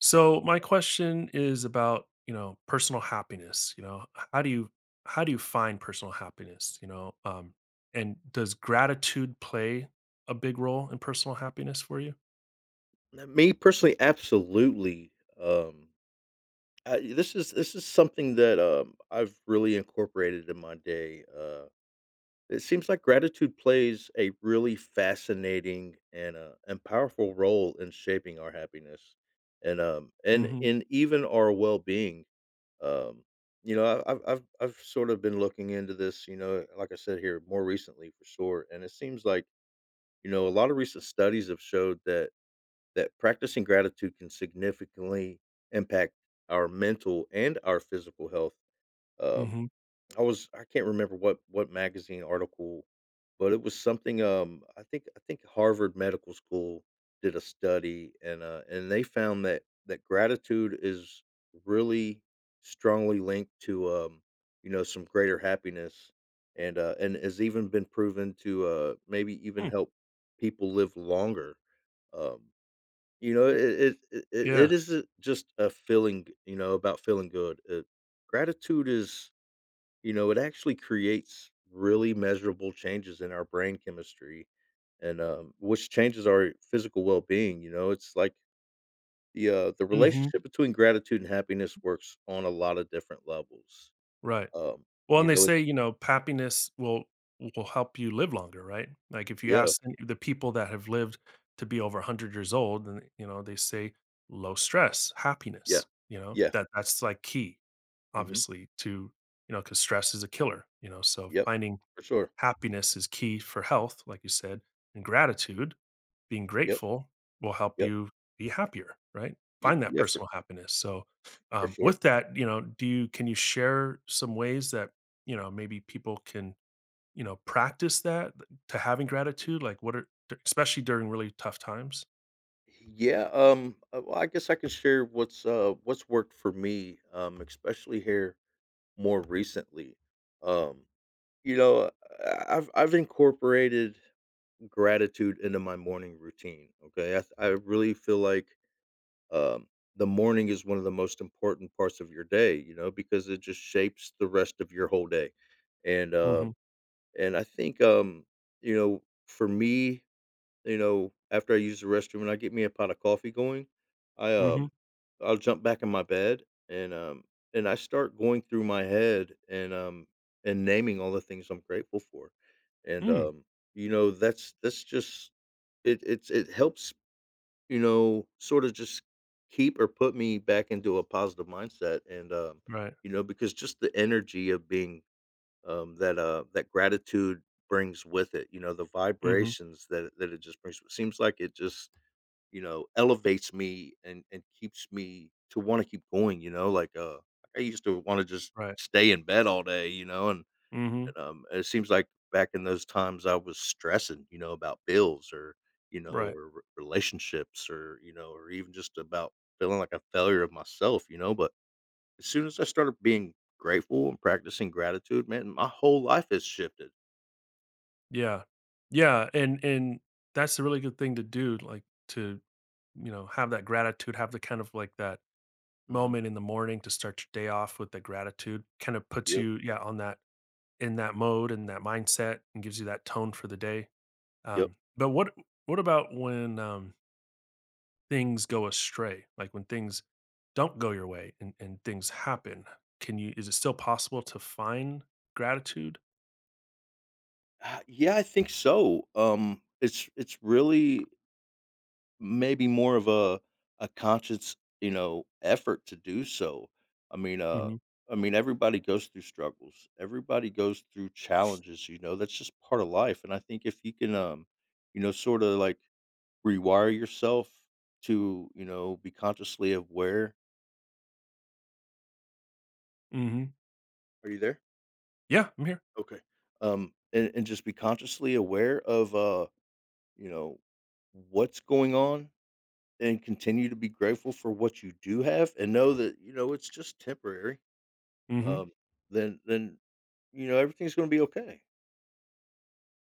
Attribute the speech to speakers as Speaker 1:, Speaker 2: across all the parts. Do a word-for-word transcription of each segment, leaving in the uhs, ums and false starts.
Speaker 1: So my question is about, you know, personal happiness, you know, how do you how do you find personal happiness, you know? Um and does gratitude play a big role in personal happiness for you?
Speaker 2: Now, me personally, absolutely. Um, I, this is this is something that um, I've really incorporated in my day. Uh, it seems like gratitude plays a really fascinating and uh, and powerful role in shaping our happiness, and um and
Speaker 1: Mhm.
Speaker 2: and even our well being. Um, you know, I- I've I've I've sort of been looking into this. You know, like I said here, more recently for sure, and it seems like you know a lot of recent studies have showed that that practicing gratitude can significantly impact our mental and our physical health. Um,
Speaker 1: Mhm.
Speaker 2: I was I can't remember what what magazine article, but it was something. Um, I think I think Harvard Medical School did a study, and uh, and they found that that gratitude is really strongly linked to um, you know some greater happiness, and uh, and has even been proven to uh, maybe even
Speaker 1: Mm,
Speaker 2: help people live longer. Um, you know, it it it it
Speaker 1: yeah.
Speaker 2: it isn't just a feeling, you know, about feeling good. Uh, gratitude is, you know, it actually creates really measurable changes in our brain chemistry and um, which changes our physical well-being, you know. It's like the uh, the
Speaker 1: Mhm.
Speaker 2: relationship between gratitude and happiness works on a lot of different levels.
Speaker 1: Right.
Speaker 2: Um,
Speaker 1: Well,
Speaker 2: you
Speaker 1: and they
Speaker 2: know,
Speaker 1: say,
Speaker 2: it's
Speaker 1: you know, happiness will will help you live longer, right? Like if you
Speaker 2: yeah,
Speaker 1: ask any- the people that have lived to be over a hundred years old, and you know, they say low stress,
Speaker 2: yeah.
Speaker 1: happiness, you know?
Speaker 2: Yeah.
Speaker 1: That that's like key.
Speaker 2: Mhm.
Speaker 1: Obviously, to you know, because stress is a killer, you know, so
Speaker 2: Yep.
Speaker 1: finding
Speaker 2: For sure.
Speaker 1: happiness is key for health, like you said, and gratitude, being
Speaker 2: Yep,
Speaker 1: grateful, will help
Speaker 2: yep.
Speaker 1: you be happier, right?
Speaker 2: Y
Speaker 1: Find that
Speaker 2: yeah, for
Speaker 1: personal happiness. So,
Speaker 2: for
Speaker 1: um,
Speaker 2: sure.
Speaker 1: with that, you know, do you— can you share some ways that, you know, maybe people can, you know, practice that, to having gratitude? Like, what are, especially during really tough times?
Speaker 2: Yeah, um, uh, well, I guess I can share what's uh what's worked for me, um, especially here more recently. Um, you know, I- I've I've incorporated gratitude into my morning routine. Okay, I I really feel like um the morning is one of the most important parts of your day. You know, because it just shapes the rest of your whole day, and
Speaker 1: Mm-hmm.
Speaker 2: um and I think um you know for me you know, after I use the restroom and I get me a pot of coffee going, I
Speaker 1: Mm-hmm.
Speaker 2: um I'll jump back in my bed and um and I start going through my head and um and naming all the things I'm grateful for. And
Speaker 1: Mm.
Speaker 2: um you know, that's that's just it it's it helps, you know, sort of just keep or put me back into a positive mindset and um
Speaker 1: Right.
Speaker 2: you know, because just the energy of being um, that uh that gratitude brings with it. You know, the
Speaker 1: Mm-hmm.
Speaker 2: vibrations that that it just brings. It seems like it just you know elevates me and and keeps me to want to keep going. You know, like uh, I used to want to just
Speaker 1: Right.
Speaker 2: stay in bed all day. You know, and,
Speaker 1: Mm-hmm.
Speaker 2: and um, it seems like back in those times I was stressing. You know, about bills or you know
Speaker 1: Right.
Speaker 2: or re- relationships or you know or even just about feeling like a failure of myself. You know, but as soon as I started being grateful and practicing gratitude, man, my whole life has shifted.
Speaker 1: Yeah. Yeah, and and that's a really good thing to do, like, to, you know, have that gratitude, have the kind of, like, that
Speaker 2: Mhm.
Speaker 1: moment in the morning to start your day off with the gratitude, kind of puts
Speaker 2: Yep.
Speaker 1: you, yeah, on that, in that mode and that mindset and gives you that tone for the day.
Speaker 2: Yep.
Speaker 1: Um, but what what about when, um, things go astray? Like, when things don't go your way and and things happen, can you— is it still possible to find gratitude?
Speaker 2: Uh, yeah, I think so. Um, it's it's really maybe more of a a conscious, you know, effort to do so. I mean, uh,
Speaker 1: Mhm.
Speaker 2: I mean, everybody goes through struggles. Everybody goes through challenges. You know, that's just part of life. And I think if you can, um, you know, sort of like rewire yourself to, you know, be consciously aware.
Speaker 1: Mhm.
Speaker 2: Are you there?
Speaker 1: Yeah, I'm here.
Speaker 2: Okay. Um, and, and just be consciously aware of, uh, you know, what's going on and continue to be grateful for what you do have and know that, you know, it's just temporary.
Speaker 1: Mhm.
Speaker 2: Um, then, then, you know, everything's going to be okay.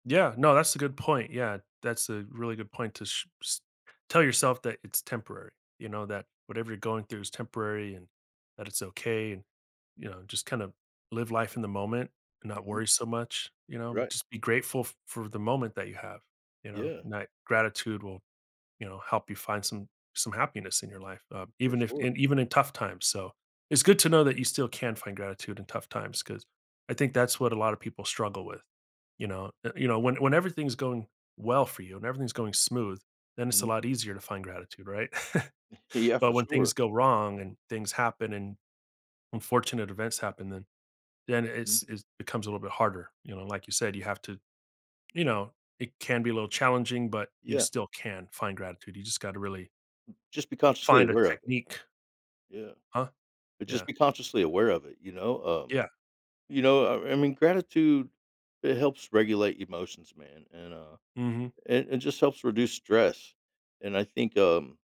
Speaker 1: Yeah, no, that's a good point. Yeah, that's a really good point to sh- s- tell yourself that it's temporary. You know, that whatever you're going through is temporary, and that it's okay. And you know, just kind of live life in the moment and not
Speaker 2: Hmm.
Speaker 1: worry so much. You know,
Speaker 2: Right.
Speaker 1: just be grateful f- for the moment that you have. You know,
Speaker 2: Yeah.
Speaker 1: and that gratitude will, you know, help you find some some happiness in your life, uh,
Speaker 2: For
Speaker 1: even if
Speaker 2: sure.
Speaker 1: and even in tough times. So it's good to know that you still can find gratitude in tough times, because I think that's what a lot of people struggle with. You know, Uh, you know, when when everything's going well for you and everything's going smooth, then it's a
Speaker 2: Hmm.
Speaker 1: lot easier to find gratitude, right?
Speaker 2: Yeah.
Speaker 1: But
Speaker 2: For
Speaker 1: when
Speaker 2: sure.
Speaker 1: things go wrong and things happen and unfortunate events happen, then then
Speaker 2: Mhm.
Speaker 1: it's— it becomes a little bit harder. You know, like you said, you have to, you know, it can be a little challenging, but you
Speaker 2: Yeah.
Speaker 1: still can find gratitude. You just got to really
Speaker 2: Just be consciously
Speaker 1: find a
Speaker 2: aware of it.
Speaker 1: technique.
Speaker 2: Yeah.
Speaker 1: Huh?
Speaker 2: But just
Speaker 1: Yeah.
Speaker 2: be consciously aware of it, you know? Um,
Speaker 1: Yeah.
Speaker 2: you know, I, I mean, gratitude, it helps regulate emotions, man. And, uh,
Speaker 1: Mhm.
Speaker 2: And it just helps reduce stress, and I think, um,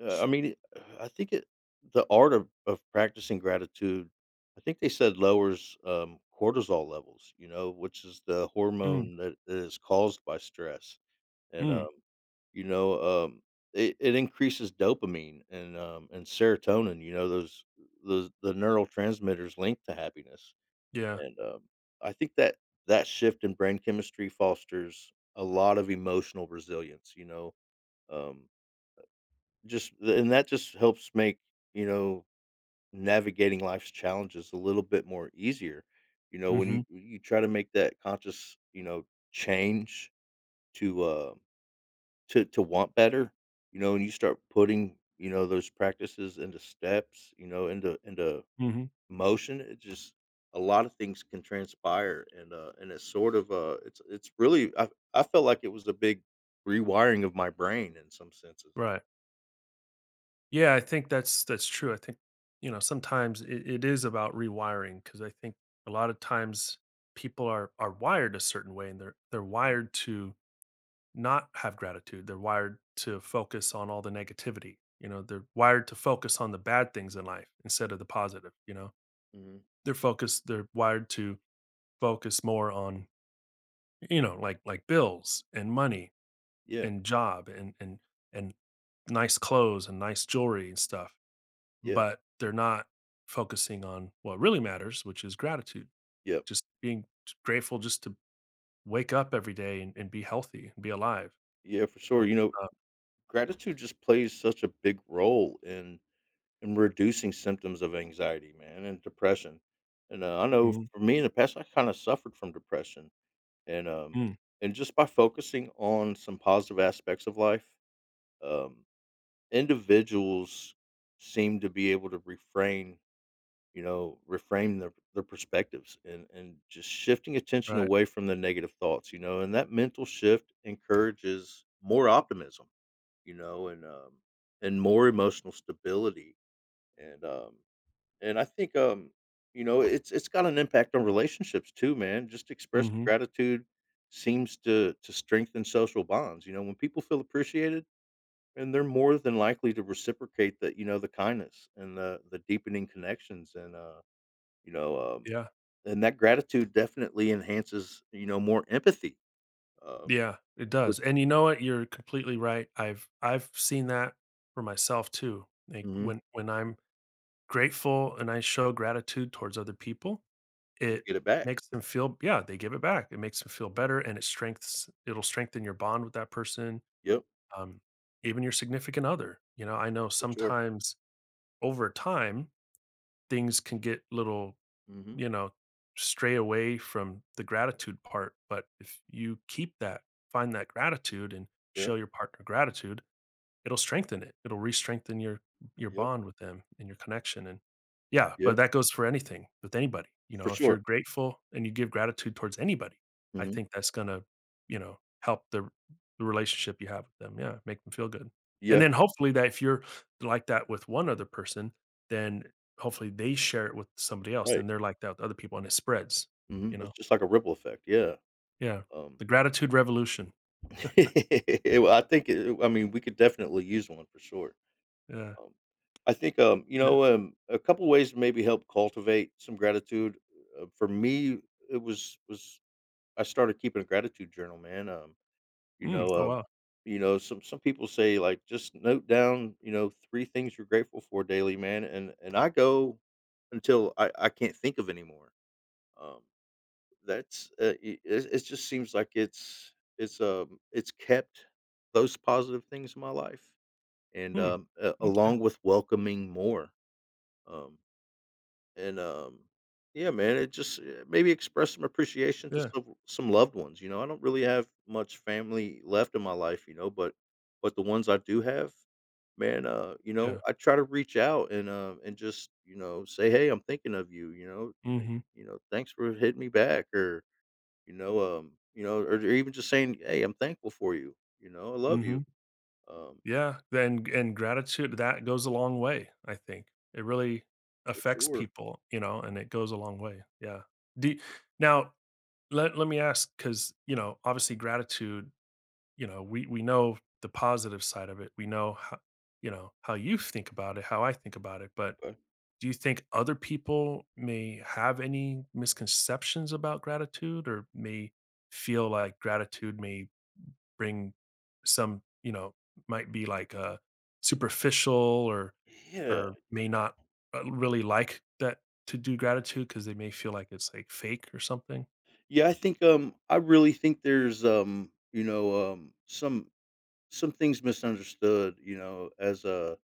Speaker 2: uh, I mean, I think it the art of of practicing gratitude, I think they said lowers, um, cortisol levels, you know, which is the
Speaker 1: Mm.
Speaker 2: hormone that is caused by stress, and,
Speaker 1: Mm.
Speaker 2: um, you know, um, it it increases dopamine and, um, and serotonin, you know, those those the neurotransmitters linked to happiness.
Speaker 1: Yeah.
Speaker 2: And, um, I think that that shift in brain chemistry fosters a lot of emotional resilience, you know, um, just and that just helps make, you know, navigating life's challenges a little bit more easier. You know, when you
Speaker 1: Mhm.
Speaker 2: you try to make that conscious, you know, change to uh, to to want better, you know, and you start putting, you know, those practices into steps, you know, into into
Speaker 1: Mhm.
Speaker 2: motion. It just a lot of things can transpire, and uh, and it's sort of uh, it's it's really I I felt like it was a big rewiring of my brain in some senses.
Speaker 1: Right. Yeah, I think that's that's true. I think, you know, sometimes it it is about rewiring, because I think a lot of times people are are wired a certain way and they're they're wired to not have gratitude. They're wired to focus on all the negativity, you know, they're wired to focus on the bad things in life instead of the positive, you know?
Speaker 2: Hmm.
Speaker 1: They're focused they're wired to focus more on, you know, like like bills and money
Speaker 2: Yeah,
Speaker 1: and job and and and nice clothes and nice jewelry and stuff,
Speaker 2: yeah,
Speaker 1: but they're not focusing on what really matters, which is gratitude.
Speaker 2: yeah,
Speaker 1: Just being grateful just to wake up every day and, and be healthy and be alive.
Speaker 2: yeah, for
Speaker 1: You
Speaker 2: sure.
Speaker 1: know?
Speaker 2: You know,
Speaker 1: Uh,
Speaker 2: gratitude just plays such a big role in in reducing symptoms of anxiety, man, and depression. And uh, I know
Speaker 1: mhm,
Speaker 2: for me in the past, I kind of suffered from depression, and um,
Speaker 1: mm,
Speaker 2: and just by focusing on some positive aspects of life, um, individuals seem to be able to refrain, you know, reframe their their perspectives and and just shifting attention
Speaker 1: right.
Speaker 2: away from the negative thoughts, you know, and that mental shift encourages more optimism, you know, and um and more emotional stability and um and I think um you know, it's it's got an impact on relationships too, man. Just expressing
Speaker 1: Hmm.
Speaker 2: gratitude seems to to strengthen social bonds. You know, when people feel appreciated, and they're more than likely to reciprocate that you know, the kindness and the the deepening connections and, uh, you know, um,
Speaker 1: Yeah.
Speaker 2: and that gratitude definitely enhances, you know, more empathy, um,
Speaker 1: Yeah, it
Speaker 2: but
Speaker 1: does. And you know what? You're completely right. I've I've seen that for myself too. Like,
Speaker 2: Mhm.
Speaker 1: when when I'm grateful and I show gratitude towards other people,
Speaker 2: You
Speaker 1: it
Speaker 2: get it back.
Speaker 1: makes them feel— yeah, they give it back. It makes them feel
Speaker 2: Mhm.
Speaker 1: better, and it strengthens. It'll strengthen your bond with that person,
Speaker 2: Yep,
Speaker 1: um, even your significant other. You know, I know
Speaker 2: for sure.
Speaker 1: sometimes over time, things can get little,
Speaker 2: Mhm.
Speaker 1: you know, stray away from the gratitude part, but if you keep that, find that gratitude and show
Speaker 2: Yep,
Speaker 1: your partner gratitude, it'll strengthen it. It'll re-strengthen your your
Speaker 2: yep,
Speaker 1: bond with them and your connection. And yeah, but
Speaker 2: yep,
Speaker 1: that goes for anything with anybody. You
Speaker 2: for
Speaker 1: know, if you're
Speaker 2: sure.
Speaker 1: grateful and you give gratitude towards anybody, I
Speaker 2: Mhm.
Speaker 1: think that's gonna, you know, help the the relationship you have with them. Yeah, make them feel good. And
Speaker 2: Yes,
Speaker 1: then hopefully, that if you're like that with one other person, then hopefully they share it with somebody else. Then
Speaker 2: right.
Speaker 1: they're like that with other people, and it spreads, you
Speaker 2: Mhm.
Speaker 1: know?
Speaker 2: That's just like a ripple effect, yeah,
Speaker 1: Yeah.
Speaker 2: um,
Speaker 1: The gratitude revolution.
Speaker 2: I think it I mean, we could definitely use one for sure.
Speaker 1: Yeah.
Speaker 2: Um, I think, um, you
Speaker 1: Yeah.
Speaker 2: know, um, a couple ways to maybe help cultivate some gratitude. Uh, for me, it was was I started keeping a gratitude journal, man. Um, you
Speaker 1: Mm,
Speaker 2: know,
Speaker 1: oh
Speaker 2: um,
Speaker 1: wow.
Speaker 2: you know, some some people say like just note down, you know, three things you're grateful for daily, man. And and I go until I I can't think of anymore. Um, that's uh, it, it it just seems like it's it's um it's kept those positive things in my life and
Speaker 1: Mm,
Speaker 2: um, uh,
Speaker 1: okay.
Speaker 2: along with welcoming more um, and, um, yeah, man, it just eh, maybe express some appreciation to
Speaker 1: Yeah.
Speaker 2: some some loved ones, you know? I don't really have much family left in my life, you know, but but the ones I do have, man, uh, you know,
Speaker 1: Yeah.
Speaker 2: I try to reach out and, uh, and just, you know, say, "Hey, I'm thinking of you," you know?
Speaker 1: Hmm.
Speaker 2: You know, "Thanks for hitting me back," or, you know, um, you know, or or even just saying, "Hey, I'm thankful for you," you know? "I love you."
Speaker 1: Mhm.
Speaker 2: Um,
Speaker 1: Yeah, then and gratitude, that goes a long way, I think. It really
Speaker 2: for
Speaker 1: affects
Speaker 2: sure,
Speaker 1: people, you know, and it goes a long way. Yeah. Do— now, let let me ask, because you know, obviously gratitude, you know, we we know the positive side of it. We know how, you know, how you think about it, how I think about it, but
Speaker 2: okay.
Speaker 1: do you think other people may have any misconceptions about gratitude, or may feel like gratitude may bring some, you know, might be like uh, superficial, or
Speaker 2: Yeah.
Speaker 1: or may not uh, really like that to do gratitude because they may feel like it's like fake or something.
Speaker 2: Yeah, I think, um, I really think there's, um, you know, um, some some things misunderstood, you know, as a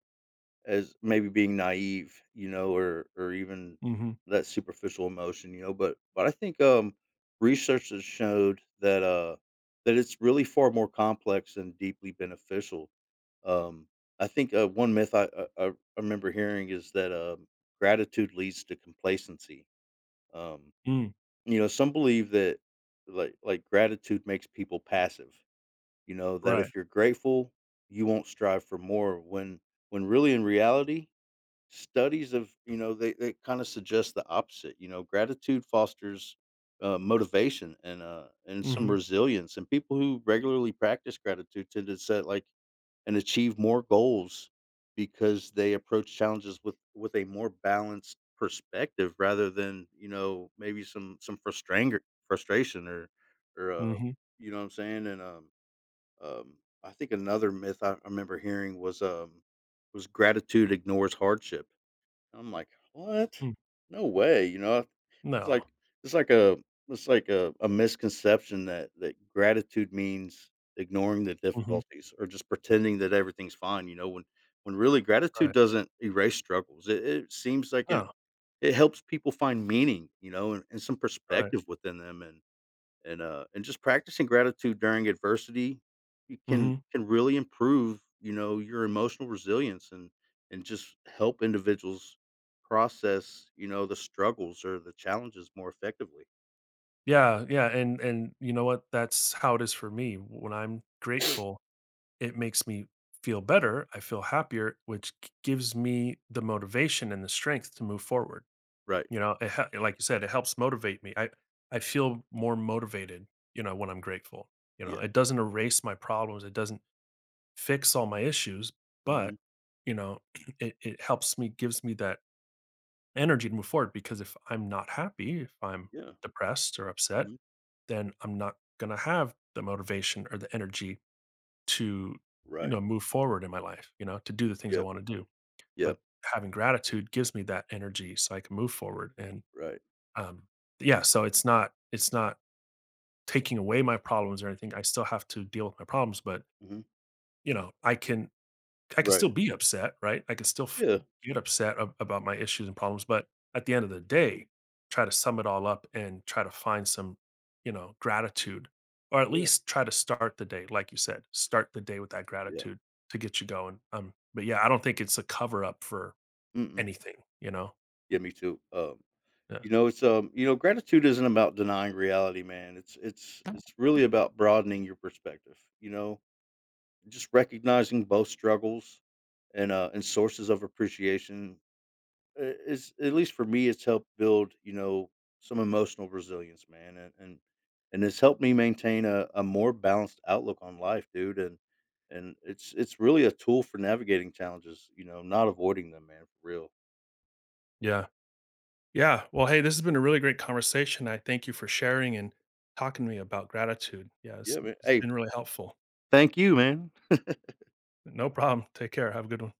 Speaker 2: as maybe being naive, you know, or or even
Speaker 1: Hmm.
Speaker 2: that superficial emotion, you know, but but I think, um, research has showed that, uh, that it's really far more complex and deeply beneficial. Um, I think, uh, one myth I I I remember hearing is that, um, gratitude leads to complacency. Um,
Speaker 1: Mm,
Speaker 2: you know, some believe that like like gratitude makes people passive, you know, that
Speaker 1: right.
Speaker 2: if you're grateful, you won't strive for more when when really in reality, studies of, you know, they, they kind of suggest the opposite. You know, gratitude fosters uh, motivation and uh and some
Speaker 1: Hmm.
Speaker 2: resilience. And people who regularly practice gratitude tend to set like and achieve more goals because they approach challenges with with a more balanced perspective rather than you know maybe some some frustranger frustration or or uh
Speaker 1: Hmm.
Speaker 2: you know what I'm saying and um um I think another myth I remember hearing was um was gratitude ignores hardship. I'm like, "What?
Speaker 1: Mm,
Speaker 2: No way," you know? It's like
Speaker 1: no.
Speaker 2: it's like a it's like a a misconception that that gratitude means ignoring the
Speaker 1: Hmm.
Speaker 2: difficulties or just pretending that everything's fine, you know, when when really gratitude
Speaker 1: Right.
Speaker 2: doesn't erase struggles. It, it seems like it
Speaker 1: No.
Speaker 2: it helps people find meaning, you know, and, and some
Speaker 1: Right.
Speaker 2: perspective within them and and, uh, and just practicing gratitude during adversity, you can
Speaker 1: Hmm.
Speaker 2: can really improve, you know, your emotional resilience and and just help individuals process, you know, the struggles or the challenges more effectively.
Speaker 1: Yeah. Yeah. And and you know what? That's how it is for me. When I'm grateful, it makes me feel
Speaker 2: Mhm.
Speaker 1: better. I feel happier, which g- gives me the motivation and the strength to move forward.
Speaker 2: Right.
Speaker 1: You know, it hel like you said, it helps motivate me. I I feel more motivated, you know, when I'm grateful. You know,
Speaker 2: Yeah.
Speaker 1: it doesn't erase my problems, it doesn't fix all my issues,
Speaker 2: Mhm.
Speaker 1: but, you know, it it helps me, gives me that energy to move forward, because if I'm not happy, if I'm
Speaker 2: Yeah.
Speaker 1: depressed or upset,
Speaker 2: Mhm.
Speaker 1: then I'm not gonna have the motivation or the energy to, you
Speaker 2: Right.
Speaker 1: know, move forward in my life, you know, to do the things I
Speaker 2: Yep.
Speaker 1: wanna do.
Speaker 2: Yep.
Speaker 1: But having gratitude gives me that energy so I can move forward. And
Speaker 2: Right.
Speaker 1: um, yeah, so it's not it's not taking away my problems or anything. I still have to deal with my problems, but
Speaker 2: Mhm.
Speaker 1: you know, I can I can
Speaker 2: Right.
Speaker 1: still be upset, right? I can still f-
Speaker 2: Yeah.
Speaker 1: get upset ab- about my issues and problems, but at the end of the day, try to sum it all up and try to find some, you know, gratitude, or at
Speaker 2: Yeah.
Speaker 1: least try to start the day, like you said, start the day with that
Speaker 2: Yeah.
Speaker 1: gratitude to get you going. Um, but yeah, I don't think it's a cover up for
Speaker 2: Mm-mm.
Speaker 1: anything, you know.
Speaker 2: Yeah. Me too. Um,
Speaker 1: Yeah.
Speaker 2: you know, it's um, you know, gratitude isn't about denying reality, man. It's it's it's really about broadening your perspective. You know, just recognizing both struggles and, uh, and sources of appreciation i- is, at least for me, it's helped build, you know, some emotional resilience, man. And, and, and it's helped me maintain a, a more balanced outlook on life, dude. And, and it's, it's really a tool for navigating challenges, you know, not avoiding them, man, for real.
Speaker 1: Yeah. Yeah. Well, hey, this has been a really great conversation. I thank you for sharing and talking to me about gratitude. Yeah, it's,
Speaker 2: Yeah, man.
Speaker 1: it's
Speaker 2: Hey,
Speaker 1: been really helpful.
Speaker 2: thank you, man.
Speaker 1: No problem. Take care. Have a good one.